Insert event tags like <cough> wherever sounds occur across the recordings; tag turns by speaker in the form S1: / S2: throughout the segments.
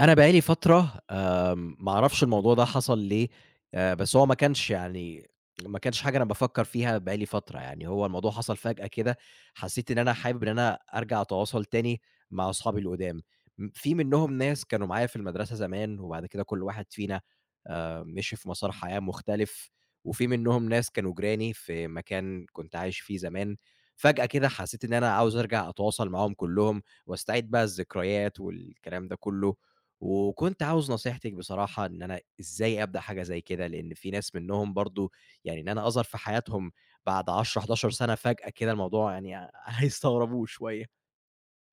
S1: أنا بقى لي فترة ما أعرفش الموضوع ده حصل ليه. بس هو ما كانش يعني ما كانش حاجة أنا بافكّر فيها بقى لي فترة، يعني هو الموضوع حصل فجأة كده. حسّيت إن أنا حابب إن أنا أرجع أتواصل تاني مع أصحابي القدام. م في منّهم ناس كانوا معايا في المدرسة زمان، وبعد كده كل واحد فينا مشي في مسار حياة مختلف، وفي منهم ناس كانوا جيراني في مكان كنت عايش فيه زمان. فجأة كده حسيت إن أنا عاوز أرجع أتواصل معاهم كلّهم، وأستعيد بقى الذكريات والكلام ده كلّه. وكنت عاوز نصيحتِك بصراحة إن أنا إزاي أبدأ حاجة زي كده، لإن في ناس منهم برضه يعني إن أنا أظهر في حياتهم بعد 10، 11 سنة فجأة كده الموضوع يعني <laughs> هيستغربوه شوية.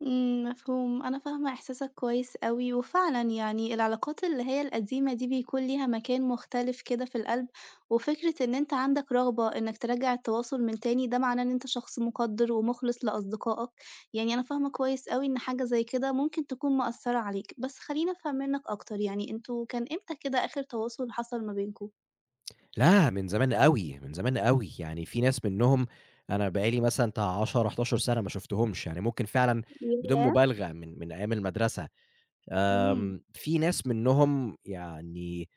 S2: مفهوم، أنا فاهمة إحساسك كويس أوي، وفعلًا يعني العلاقات اللي هي القديمة دي بيكون ليها مكان مختلف كده في القلب، وفكرة إن أنت عندك رغبة إنك ترجّع التواصل من تاني ده معناه إن أنت شخص مُقدّر ومُخلص لأصدقائك، يعني أنا فاهمة كويس أوي إن حاجة زي كده ممكن تكون مأثّرة عليك، بس خلّيني أفهم منّك أكتر، يعني أنتم كان إمتى كده آخر تواصل حصل ما بينكم؟
S1: لا، من زمان أوي، من زمان أوي، يعني في ناس منهم أنا بقى لي مثلًا بتاع 10، 11 سَنة ما شُفتهمش، يعني ممكن فعلًا بدون
S2: ياه!
S1: مبالغة من أيام المدرسة.
S2: إمم،
S1: في ناس منهم يعني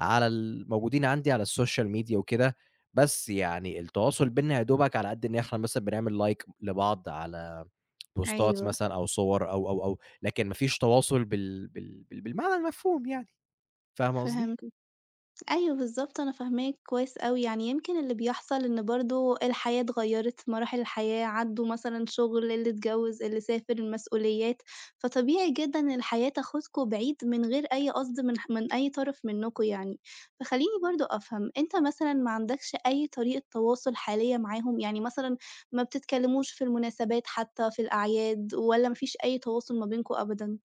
S1: على ال موجودين عندي على السوشيال ميديا وكده، بس يعني التواصل بيننا يا دوبك على قد إن إحنا مثلًا بنعمل لايك لبعض على بوستات
S2: أيوه،
S1: مثلًا أو صور أو، لكن ما فيش تواصل بالمعنى المفهوم يعني. فاهمة قصدي؟
S2: فهمت. أيوه بالضبط، أنا فاهماك كويس أوي، يعني يمكن اللي بيحصل إن برضه الحياة اتغيّرت، مراحل الحياة، عدّوا مثلًا شغل، اللي اتجوّز، اللي سافر، المسؤوليات، فطبيعي جدًا إن الحياة تاخدكم بعيد من غير أي قصد من أي طرف منّكم يعني. فخلّيني برضه أفهم، أنت مثلًا ما عندكش أي طريقة تواصل حالية معاهم؟ يعني مثلًا ما بتتكلّموش في المناسبات حتى، في الأعياد والّا ما فيش أي تواصل ما بينكم أبدًا؟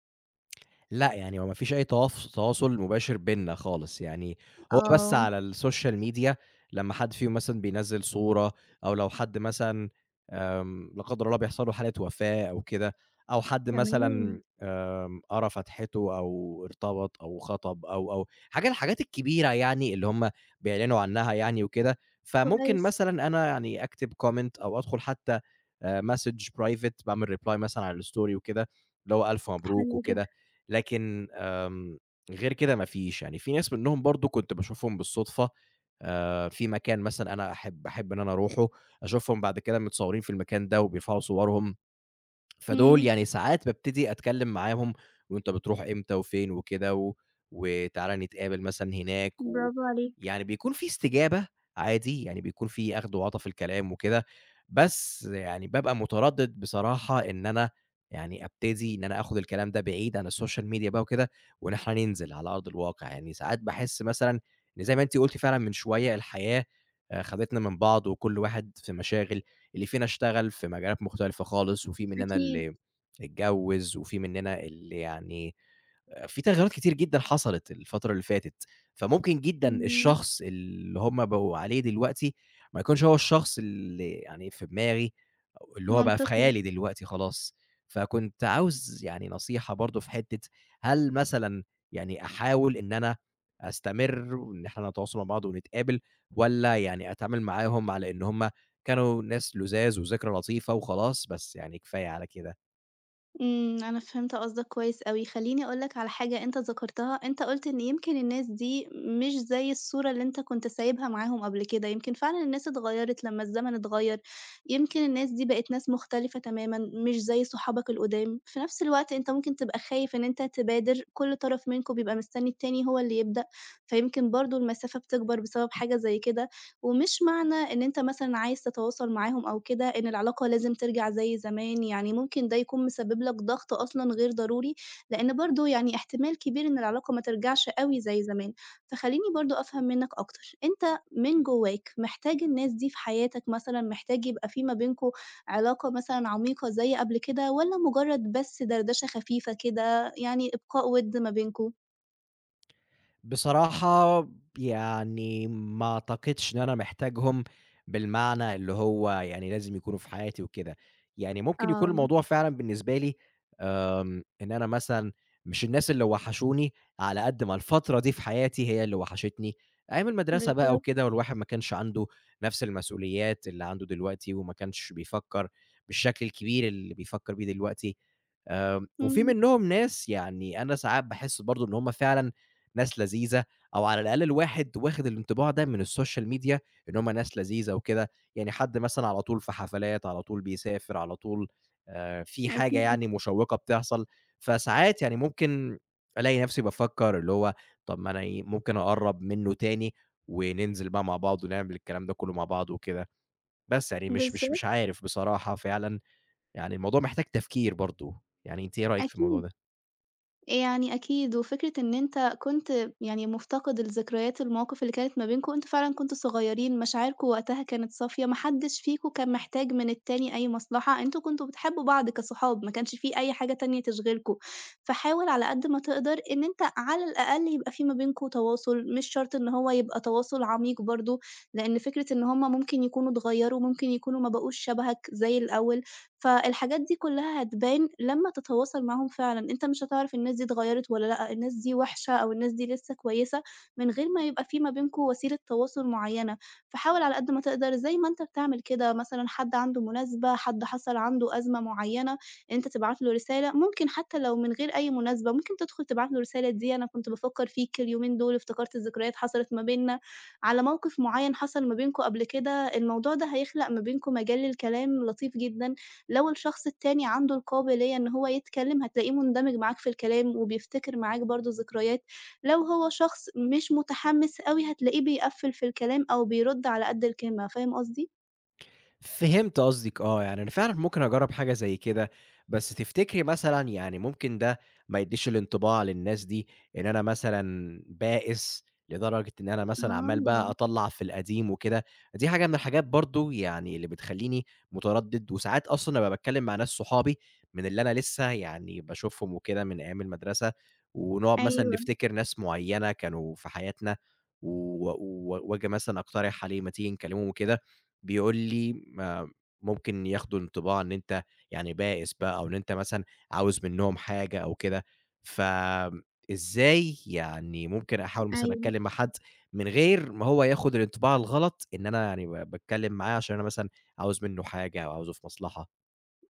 S1: لأ، يعني هو ما فيش أي تواصل مباشر بيننا خالص، يعني هو بس
S2: آه،
S1: على السوشيال ميديا لمّا حد فيهم مثلًا بينزّل صورة، أو لو حد مثلًا لا قدر الله بيحصل له حالة وفاة أو كده، أو حد
S2: تمام،
S1: مثلًا آمم، قرا فتحته أو ارتبط أو خطب أو حاجة الحاجات الكبيرة يعني اللي هم بيعلنوا عنها يعني وكده. فممكن
S2: كويس،
S1: مثلًا أنا يعني أكتب comment أو أدخل حتى message private، باعمل reply مثلًا على الstory وكده، اللي هو ألف مبروك
S2: حلو
S1: وكده.
S2: جدًا.
S1: لكن غير كده ما فيش، يعني في ناس منهم برضه كنت باشوفهم بالصدفة في مكان مثلًا أنا أحب إن أنا أروحه، أشوفهم بعد كده متصورين في المكان ده وبيرفعوا صورهم. فدول
S2: إمم.
S1: يعني ساعات بابتدي أتكلّم معاهم، وأنت بتروح إمتى وفين وكده، و وتعالَ نتقابل مثلًا هناك. و
S2: برافو عليك،
S1: يعني بيكون في استجابة عادي، يعني بيكون في أخْد وعَطا في الكلام وكده. بس يعني بابقى متردِّد بصراحة إن أنا يعني أبتدي إن أنا آخُد الكلام ده بعيد عن السوشيال ميديا بقى وكده، وإن إحنا ننزل على أرض الواقع. يعني ساعات باحس مثلًا إن زي ما أنتِ قُلتِ فعلًا من شوية، الحياة خدتنا من بعض وكل واحد في مشاغل. اللي فينا اشتغل في مجالات مختلفة خالص، وفي مننا
S2: أكيد،
S1: اللي اتجوّز، وفي مننا اللي يعني في تغيرات كتير جدًا حصلت الفترة اللي فاتت. فممكن جدًا
S2: إمم،
S1: الشخص اللي هم بقوا عليه دلوقتي ما يكونش هو الشخص اللي يعني في دماغي أو اللي هو بقى في
S2: منطقي.
S1: خيالي دلوقتي خلاص. فكنت عاوز يعني نصيحة برضه في حتّة، هل مثلًا يعني أحاول إن أنا أستمر وإن إحنا نتواصل مع بعض ونتقابل، والّا يعني أتعامل معاهم على إن هم كانوا ناس لُذاذ وذكرى لطيفة وخلاص، بس يعني كفاية على كده؟
S2: أنا فهمت قصدك كويس أوي. خلّيني أقول لك على حاجة أنت ذكرتها، أنت قُلت إن يمكن الناس دي مش زي الصورة اللي أنت كنت سايبها معاهم قبل كده، يمكن فعلًا الناس اتغيّرت لمّا الزمن اتغيّر، يمكن الناس دي بقت ناس مختلفة تمامًا، مش زي صحابك القُدام، في نفس الوقت أنت ممكن تبقى خايف إن أنت تبادر، كل طرف منكم بيبقى مستني التاني هو اللي يبدأ، فيمكن برضه المسافة بتكبر بسبب حاجة زي كده. ومش معنى إن أنت مثلًا عايز تتواصل معاهم أو كده إن العلاقة لازم ترجع زي زمان، يعني ممكن ده يكون مسبب لك ضغط أصلًا غير ضروري، لإن برضه يعني احتمال كبير إن العلاقة ما ترجعش أوي زي زمان. فخلّيني برضه أفهم منّك أكتر، أنت من جواك محتاج الناس دي في حياتك مثلًا، محتاج يبقى في ما بينكم علاقة مثلًا عميقة زي قبل كده والّا مجرد بس دردشة خفيفة كده، يعني إبقاء وِد ما بينكم؟
S1: بصراحة يعني ما أعتقدش إن أنا محتاجهم بالمعنى اللي هو يعني لازم يكونوا في حياتي وكده. يعني ممكن يكون
S2: آه،
S1: الموضوع فعلًا بالنسبة لي إن أنا مثلًا مش الناس اللي وحشوني، على قد ما الفترة دي في حياتي هي اللي وحشتني. أيام المدرسة بقى
S2: بالضبط،
S1: وكده، والواحد ما كانش عنده نفس المسؤوليات اللي عنده دلوقتي، وما كانش بيفكّر بالشكل الكبير اللي بيفكّر بيه دلوقتي. وفي
S2: إمم،
S1: منّهم ناس يعني أنا ساعات باحس برضه إن هُم فعلًا ناس لذيذة، أو على الأقل الواحد واخد الانطباع ده من الSocial media إن هُم ناس لذيذة وكده. يعني حد مثلًا على طول في حفلات، على طول بيسافر، على طول في حاجة
S2: أكيد،
S1: يعني مشوّقة بتحصل. فساعات يعني ممكن ألاقي نفسي بافكّر اللي هو طب ما أنا إيه، ممكن أقرّب منّه تاني وننزل بقى مع بعض ونعمل الكلام ده كُلّه مع بعض وكده. بس يعني مش مش
S2: بالضبط،
S1: مش عارف بصراحة فعلًا. يعني الموضوع محتاج تفكير برضه، يعني أنتِ إيه رأيِك في الموضوع
S2: أكيد.
S1: ده؟
S2: يعني أكيد، وفكرة إن أنت كنت يعني مفتقد الذكريات المواقف اللي كانت ما بينكم، أنتم فعلًا كنتم صغيرين، مشاعركم وقتها كانت صافية، ما حدش فيكم كان محتاج من التاني أي مصلحة، أنتم كنتم بتحبوا بعض كصحاب، ما كانش في أي حاجة تانية تشغلكم، فحاول على قد ما تقدر إن أنت على الأقل يبقى في ما بينكم تواصل، مش شرط إن هو يبقى تواصل عميق برضه، لإن فكرة إن هُم ممكن يكونوا اتغيّروا، ممكن يكونوا ما بقوش شبهك زي الأول. فالحاجات دي كلّها هتبان لمّا تتواصل معاهم فعلًا، أنت مش هتعرف الناس دي اتغيّرت والّا لأ، الناس دي وِحشة أو الناس دي لسه كويسة، من غير ما يبقى في ما بينكم وسيلة تواصل معيّنة، فحاول على قد ما تقدر زي ما أنت بتعمل كده مثلًا حد عنده مناسبة، حد حصل عنده أزمة معيّنة، أنت تبعت له رسالة، ممكن حتى لو من غير أي مناسبة ممكن تدخل تبعت له رسالة دي أنا كنت بافكّر فيك اليومين دول، افتكرت الذكريات حصلت ما بيننا، على موقف معيّن حصل ما بينكم قبل كده، الموضوع ده هيخلق ما بينكم مجال للكلام لطيف جدًا. لو الشخص التاني عنده القابلية إن هو يتكلّم، هتلاقيه مندمج معاك في الكلام وبيفتكر معاك برضه ذكريات، لو هو شخص مش متحمّس أوي، هتلاقيه بيقفّل في الكلام أو بيرُد على قد الكلمة، فاهم قصدي؟
S1: فهمت قصدِك آه. يعني أنا فعلًا ممكن أجرّب حاجة زي كده، بس تفتكري مثلًا يعني ممكن ده ما يدّيش الانطباع للناس دي إن أنا مثلًا بائس لدرجة إن أنا مثلًا عمّال
S2: آه،
S1: بقى أطلّع في القديم وكده؟ دي حاجة من الحاجات برضه يعني اللي بتخلّيني متردِّد. وساعات أصلًا أبقى باتكلّم مع ناس صحابي من اللي أنا لسه يعني باشوفهم وكده من أيام المدرسة، ونقعد مثلًا
S2: أيوه،
S1: نفتكر ناس معيّنة كانوا في حياتنا، و و وآجي مثلًا أقترح عليه ما تيجي نكلّمهم وكده، بيقول لي ما ممكن ياخدوا انطباع إن أنت يعني بائس بقى أو إن أنت مثلًا عاوز منّهم حاجة أو كده. فإزاي يعني ممكن أحاول مثلًا
S2: أيوه.
S1: أتكلّم مع حد من غير ما هو ياخد الانطباع الغلط إن أنا يعني باتكلّم معاه عشان أنا مثلًا عاوز منّه حاجة أو عاوزه في مصلحة؟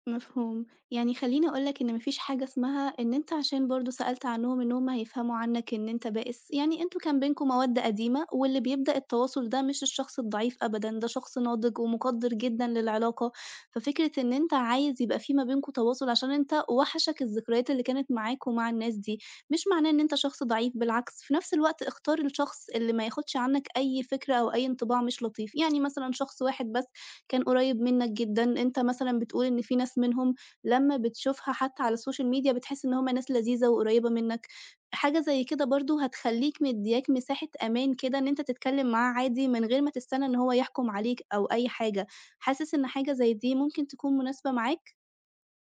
S2: مفهوم. يعني خلّيني أقول لك إن ما فيش حاجة اسمها إن أنت عشان برضه سألت عنّهم إن هم هيفهموا عنّك إن أنت بائس، يعني أنتم كان بينكم مَوَدّة قديمة واللي بيبدأ التواصل ده مش الشخص الضعيف أبدًا، ده شخص ناضج ومُقدّر جدًا للعلاقة، ففكرة إن أنت عايز يبقى في ما بينكم تواصل عشان أنت وحشك الذكريات اللي كانت معاك ومع الناس دي، مش معناه إن أنت شخص ضعيف بالعكس، في نفس الوقت اختار الشخص اللي ما ياخدش عنّك أي فكرة أو أي انطباع مش لطيف، يعني مثلًا شخص واحد بس كان قريّب منّك جدًا، أنت مثلًا بتقول إن في ناس منهم لمّا بتشوفها حتى على السوشيال ميديا بتحس إن هم ناس لذيذة وقريّبة منّك، حاجة زي كده برضه هتخلّيك مدّياك مساحة أمان كده إن أنت تتكلّم معاه عادي من غير ما تستنى إن هو يحكُم عليك أو أي حاجة، حاسس إن حاجة زي دي ممكن تكون مناسبة معاك؟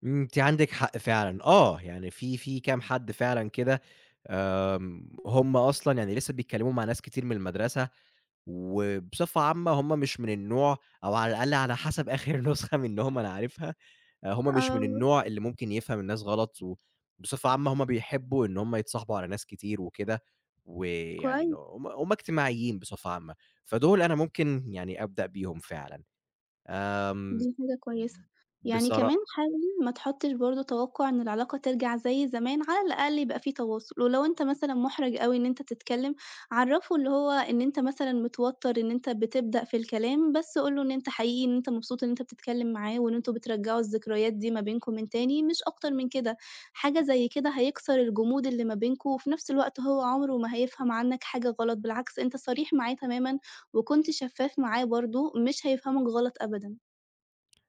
S1: إمم، أنتِ عندِك حق فعلًا، آه. يعني في كام حد فعلًا كده هم أصلًا يعني لسه بيتكلّموا مع ناس كتير من المدرسة، وبصفة عامة هم مش من النوع، أو على الأقل على حسب آخر <laughs> نسخة منهم أنا عارفها، هم مش
S2: آه،
S1: من النوع اللي ممكن يفهم الناس غلط. وبصفة عامة هم بيحبّوا إن هم يتصاحبوا على ناس كتير وكده، ويعني إنه
S2: كويس.
S1: هم اجتماعيين بصفة عامة. فدول أنا ممكن يعني أبدأ بيهم فعلًا. آمم،
S2: دي حاجة كويسة، يعني
S1: بصرا
S2: كمان حاول ما تحطّش برضه توقُّع إن العلاقة ترجع زي زمان، على الأقل يبقى في تواصل، ولو أنت مثلًا مُحرَج أوي إن أنت تتكلّم، عرّفه اللي هو إن أنت مثلًا متوتّر، إن أنت بتبدأ في الكلام، بس قُل له إن أنت حقيقي إن أنت مبسوط إن أنت بتتكلّم معاه، وإن أنتم بترجّعوا الذكريات دي ما بينكم من تاني، مش أكتر من كده، حاجة زي كده هيكسر الجمود اللي ما بينكم، وفي نفس الوقت هو عمره ما هيفهم عنّك حاجة غلط، بالعكس أنت صريح معاه تمامًا، وكنت شفّاف معاه برضه، مش هيفهمك غلط أبدًا.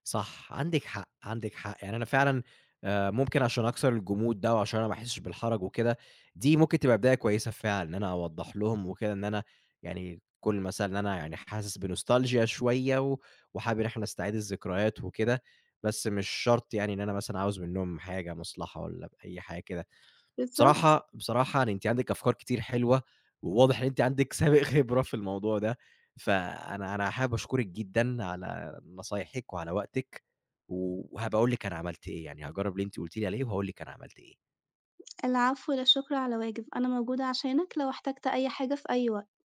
S1: صح، عندِك حق، عندِك حق. يعني أنا فعلًا ممكن عشان أكسر الجمود ده وعشان أنا ما أحسش بالحرج وكده، دي ممكن تبقى بداية كويسة فعلًا، إن أنا أوضّح لهم وكده إن أنا يعني كون مثلًا إن أنا يعني حاسس بنوستالجيا شوية وحابب إن إحنا نستعيد الذكريات وكده، بس مش شرط يعني إن أنا مثلًا عاوز منّهم حاجة، مصلحة والّا ب أي حاجة كده.
S2: بالضبط،
S1: بصراحة يعني أنتِ عندِك أفكار كتير حلوة، وواضح إن أنتِ عندِك سابق <laughs> خبرة في الموضوع ده. فأنا حابب أشكرِك جدًا على نصايحِك وعلى وقتِك، وهابقى أقول لِك أنا عملت إيه، يعني هاجرّب اللي أنتِ قُلتِ لي عليه وهاقول لِك أنا عملت إيه.
S2: العفو لا شكر على واجب، أنا موجودة عشانك لو احتجت أي حاجة في أي وقت.